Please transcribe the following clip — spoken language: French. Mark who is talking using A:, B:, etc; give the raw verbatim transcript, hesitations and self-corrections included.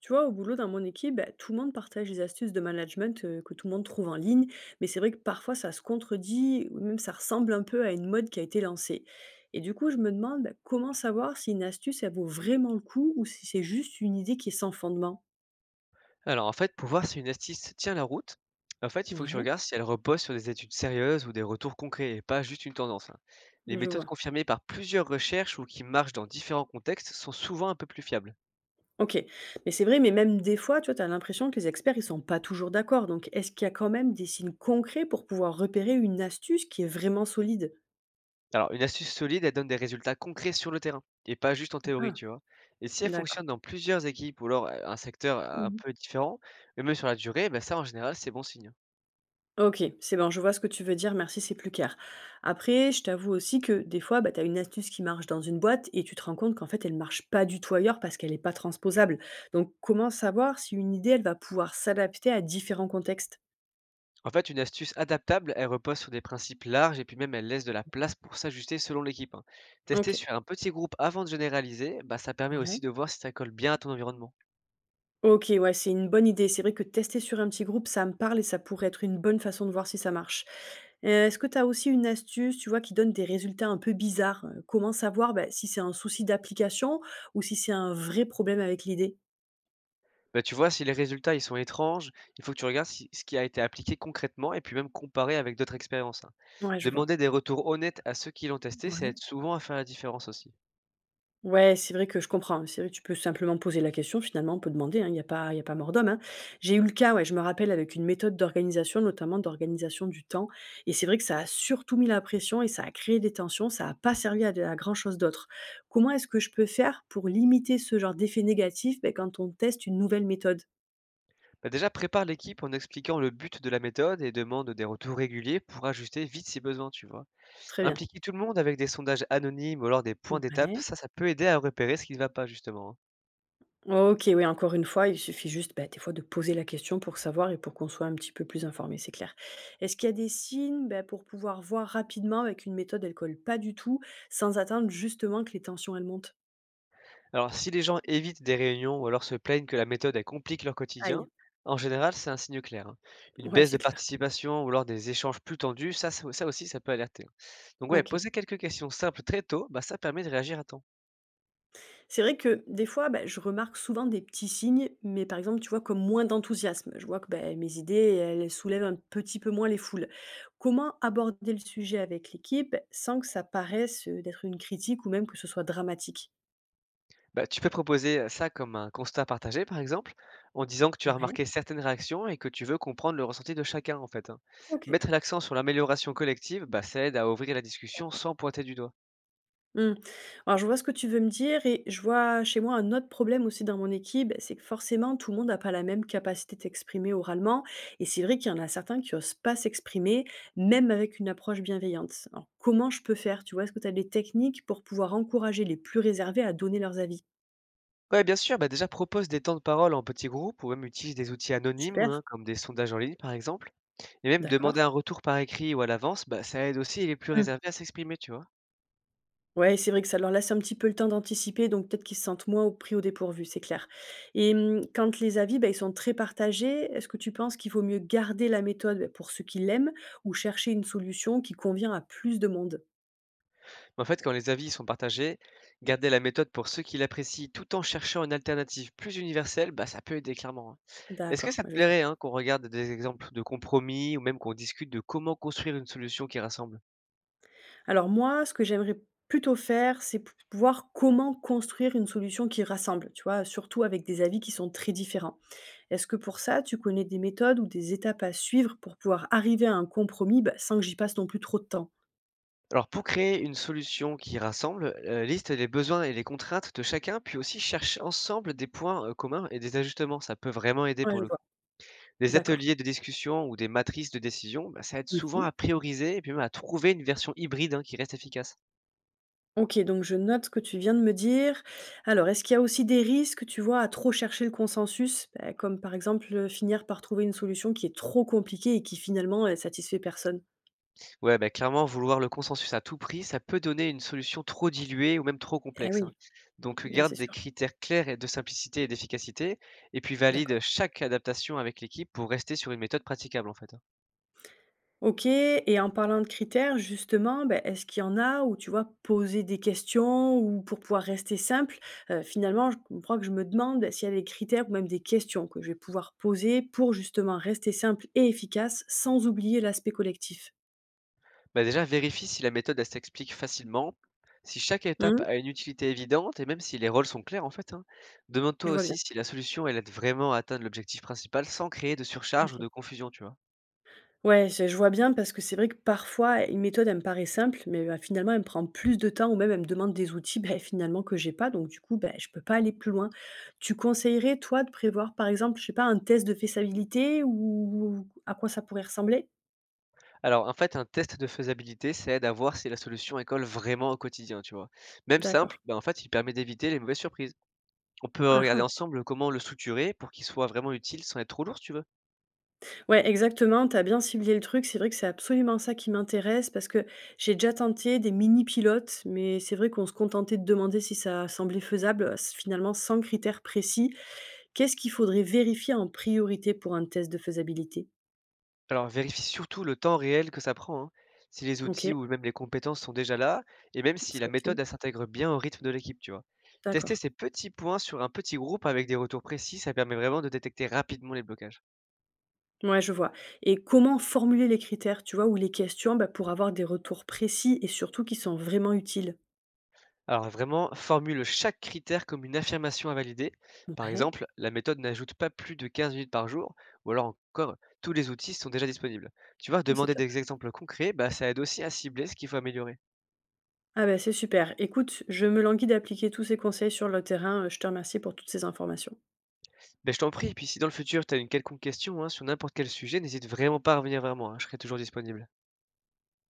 A: Tu vois, au boulot, dans mon équipe, bah, tout le monde partage les astuces de management euh, que tout le monde trouve en ligne, mais c'est vrai que parfois ça se contredit, ou même ça ressemble un peu à une mode qui a été lancée. Et du coup, je me demande bah, comment savoir si une astuce, elle vaut vraiment le coup ou si c'est juste une idée qui est sans fondement.
B: Alors, en fait, pour voir si une astuce tient la route, en fait, il faut que tu
A: Ouais,
B: regardes si elle repose sur des études sérieuses ou des retours concrets et pas juste une tendance, hein. Les
A: je
B: méthodes
A: vois.
B: confirmées par plusieurs recherches ou qui marchent dans différents contextes sont souvent un peu plus fiables.
A: Ok, mais c'est vrai, mais même des fois, tu vois, tu as l'impression que les experts, ils sont pas toujours d'accord. Donc, est-ce qu'il y a quand même des signes concrets pour pouvoir repérer une astuce qui est vraiment solide?
B: Alors, une astuce solide, elle donne des résultats concrets sur le terrain et pas juste en théorie,
A: Ah,
B: tu vois. Et si elle fonctionne
A: d'accord.
B: dans plusieurs équipes ou alors euh, un secteur un peu différent, et même sur la durée, eh ben ça, en général, c'est bon signe.
A: OK, c'est bon, je vois ce que tu veux dire, merci, c'est plus clair. Après, je t'avoue aussi que des fois, bah, tu as une astuce qui marche dans une boîte et tu te rends compte qu'en fait, elle marche pas du tout ailleurs parce qu'elle n'est pas transposable. Donc, comment savoir si une idée, elle va pouvoir s'adapter à différents contextes?
B: En fait, une astuce adaptable, elle repose sur des principes larges et puis même elle laisse de la place pour s'ajuster selon l'équipe, hein. Tester
A: OK.
B: sur un petit groupe avant de généraliser, bah, ça permet aussi
A: Ouais.
B: de voir si ça colle bien à ton environnement.
A: OK, ouais, c'est une bonne idée. C'est vrai que tester sur un petit groupe, ça me parle et ça pourrait être une bonne façon de voir si ça marche. Euh, Est-ce que tu as aussi une astuce, tu vois, qui donne des résultats un peu bizarres? Euh, Comment savoir bah, si c'est un souci d'application ou si c'est un vrai problème avec l'idée?
B: Bah, tu vois, si les résultats ils sont étranges, il faut que tu regardes si- ce qui a été appliqué concrètement et puis même comparer avec d'autres expériences, hein.
A: Ouais, je vois.
B: Demander des retours honnêtes à ceux qui l'ont testé, ça aide
A: Ouais.
B: souvent à faire la différence aussi.
A: Ouais, c'est vrai que je comprends, hein. C'est vrai que tu peux simplement poser la question, finalement, on peut demander, hein, il n'y a pas il y a pas mort d'homme, hein. J'ai eu le cas, ouais, je me rappelle avec une méthode d'organisation, notamment d'organisation du temps et c'est vrai que ça a surtout mis la pression et ça a créé des tensions, ça a pas servi à de à grand chose d'autre. Comment est-ce que je peux faire pour limiter ce genre d'effet négatif, ben quand on teste une nouvelle méthode?
B: Bah, déjà, prépare l'équipe en expliquant le but de la méthode et demande des retours réguliers pour ajuster vite si besoin, tu vois.
A: Très bien.
B: Impliquer tout le monde avec des sondages anonymes ou alors des points d'étape,
A: Ouais.
B: ça, ça peut aider à repérer ce qui ne va pas justement, hein.
A: OK, oui, encore une fois, il suffit juste, bah, des fois, de poser la question pour savoir et pour qu'on soit un petit peu plus informé, c'est clair. Est-ce qu'il y a des signes, bah, pour pouvoir voir rapidement avec une méthode, elle colle pas du tout, sans attendre justement que les tensions, elles montent?
B: Alors si les gens évitent des réunions ou alors se plaignent que la méthode, elle complique leur quotidien,
A: Aïe,
B: en général, c'est un signe clair, hein. Une
A: ouais,
B: baisse de
A: c'est clair.
B: participation ou alors des échanges plus tendus, ça, ça ça aussi, ça peut alerter, hein. Donc ouais,
A: OK.
B: poser quelques questions simples très tôt, bah, ça permet de réagir à temps.
A: C'est vrai que des fois, bah, je remarque souvent des petits signes, mais par exemple, tu vois, comme moins d'enthousiasme. Je vois que bah, mes idées, elles soulèvent un petit peu moins les foules. Comment aborder le sujet avec l'équipe sans que ça paraisse euh, d'être une critique ou même que ce soit dramatique?
B: Bah, tu peux proposer ça comme un constat partagé, par exemple, en disant que tu as
A: Ouais,
B: remarqué certaines réactions et que tu veux comprendre le ressenti de chacun, en fait, hein.
A: OK.
B: Mettre l'accent sur l'amélioration collective, bah, ça aide à ouvrir la discussion
A: D'accord.
B: sans pointer du doigt.
A: Mmh. Alors je vois ce que tu veux me dire et je vois chez moi un autre problème aussi dans mon équipe, c'est que forcément tout le monde n'a pas la même capacité d'exprimer oralement et c'est vrai qu'il y en a certains qui osent pas s'exprimer, même avec une approche bienveillante. Alors comment je peux faire, tu vois, est-ce que tu as des techniques pour pouvoir encourager les plus réservés à donner leurs avis?
B: Ouais, bien sûr, bah, déjà propose des temps de parole en petits groupes ou même utilise des outils anonymes,
A: Super,
B: hein, comme des sondages en ligne, par exemple. Et même demander
A: d'accord.
B: un retour par écrit ou à l'avance, bah, ça aide aussi les plus réservés à s'exprimer, tu vois?
A: Ouais, c'est vrai que ça leur laisse un petit peu le temps d'anticiper, donc peut-être qu'ils se sentent moins au pris au dépourvu, c'est clair. Et hum, quand les avis, bah, ils sont très partagés, est-ce que tu penses qu'il vaut mieux garder la méthode bah, pour ceux qui l'aiment ou chercher une solution qui convient à plus de monde?
B: Mais en fait, quand les avis sont partagés, garder la méthode pour ceux qui l'apprécient tout en cherchant une alternative plus universelle, bah, ça peut aider clairement, hein. Est-ce que
A: D'accord,
B: ça
A: moi,
B: te
A: je vais
B: plairait,
A: faire.
B: hein, qu'on regarde des exemples de compromis ou même qu'on discute de comment construire une solution qui rassemble?
A: Alors moi, ce que j'aimerais plutôt faire, c'est p- voir comment construire une solution qui rassemble, tu vois, surtout avec des avis qui sont très différents. Est-ce que pour ça, tu connais des méthodes ou des étapes à suivre pour pouvoir arriver à un compromis bah, sans que j'y passe non plus trop de temps?
B: Alors pour créer une solution qui rassemble, heu, liste les besoins et les contraintes de chacun, puis aussi cherche ensemble des points, heu, communs et des ajustements, ça peut vraiment aider
A: Ouais,
B: pour
A: je
B: le
A: vois.
B: coup. Des
A: D'accord.
B: ateliers de discussion ou des matrices de décision, bah, ça aide souvent
A: Mmh.
B: à prioriser et puis même à trouver une version hybride, hein, qui reste efficace.
A: OK, donc je note ce que tu viens de me dire. Alors, est-ce qu'il y a aussi des risques, tu vois, à trop chercher le consensus? Bah, comme par exemple, heu, finir par trouver une solution qui est trop compliquée et qui finalement, elle satisfait personne?
B: Ouais, bah, clairement vouloir le consensus à tout prix, ça peut donner une solution trop diluée ou même trop
A: Eh
B: complexe, hein.
A: oui,
B: Donc
A: ouais,
B: garde
A: c'est
B: des
A: sûr.
B: critères clairs et de simplicité et d'efficacité et puis valide
A: D'accord.
B: chaque adaptation avec l'équipe pour rester sur une méthode praticable en fait, hein.
A: OK, et en parlant de critères justement, bah, est-ce qu'il y en a où, tu vois, poser des questions ou pour pouvoir rester simple, heu, finalement, je comprends que je me demande ben, s'il y a des critères ou même des questions que je vais pouvoir poser pour justement rester simple et efficace sans oublier l'aspect collectif?
B: Bah déjà, vérifie si la méthode, elle s'explique facilement, si chaque étape a une utilité évidente et même si les rôles sont clairs en fait, hein. Demande-toi
A: Je vois bien,
B: aussi si la solution, elle aide vraiment à atteindre l'objectif principal sans créer de surcharge ou
A: OK.
B: de confusion, tu vois.
A: Ouais, je je vois bien parce que c'est vrai que parfois une méthode, elle me paraît simple, mais, bah, finalement, elle me prend plus de temps ou même elle me demande des outils, beh, finalement que j'ai pas donc du coup, beh, je peux pas aller plus loin. Tu conseillerais, toi, de prévoir, par exemple, je sais pas, un test de faisabilité ou à quoi ça pourrait ressembler?
B: Alors en fait, un test de faisabilité, ça aide à voir si la solution, elle colle vraiment au quotidien, tu vois. Même simple,
A: D'accord.
B: bah en fait, il permet d'éviter les mauvaises surprises. On peut
A: Ah
B: regarder
A: ah.
B: ensemble comment le structurer pour qu'il soit vraiment utile sans être trop lourd, si tu veux.
A: Ouais, exactement, tu as bien ciblé le truc. C'est vrai que c'est absolument ça qui m'intéresse parce que j'ai déjà tenté des mini pilotes, mais c'est vrai qu'on se contentait de demander si ça semblait faisable, heu, s finalement sans critères précis. Qu'est-ce qu'il faudrait vérifier en priorité pour un test de faisabilité?
B: Alors vérifie surtout le temps réel que ça prend, hein, si les outils
A: OK,
B: ou même les compétences sont déjà là, et même si la
A: ça
B: méthode,
A: aussi.
B: elle s'intègre bien au rythme de l'équipe, tu vois.
A: D'accord.
B: Tester ces petits points sur un petit groupe avec des retours précis, ça permet vraiment de détecter rapidement les blocages.
A: Ouais, je vois, et comment formuler les critères, tu vois, ou les questions, bah, pour avoir des retours précis et surtout qui sont vraiment utiles?
B: Alors vraiment, formule chaque critère comme une affirmation à valider. Par
A: Ouais,
B: exemple, la méthode n'ajoute pas plus de quinze minutes par jour, ou alors encore, tous les outils sont déjà disponibles. Tu vois,
A: oh, c'est
B: demander
A: top.
B: des exemples concrets, bah, ça aide aussi à cibler ce qu'il faut améliorer.
A: Ah bah, c'est super. Écoute, je me languis d'appliquer tous ces conseils sur le terrain, je te remercie pour toutes ces informations.
B: Ben je t'en prie, et puis si dans le futur tu as une quelconque question, hein, sur n'importe quel sujet, n'hésite vraiment pas à revenir vers moi, hein, je serai toujours disponible.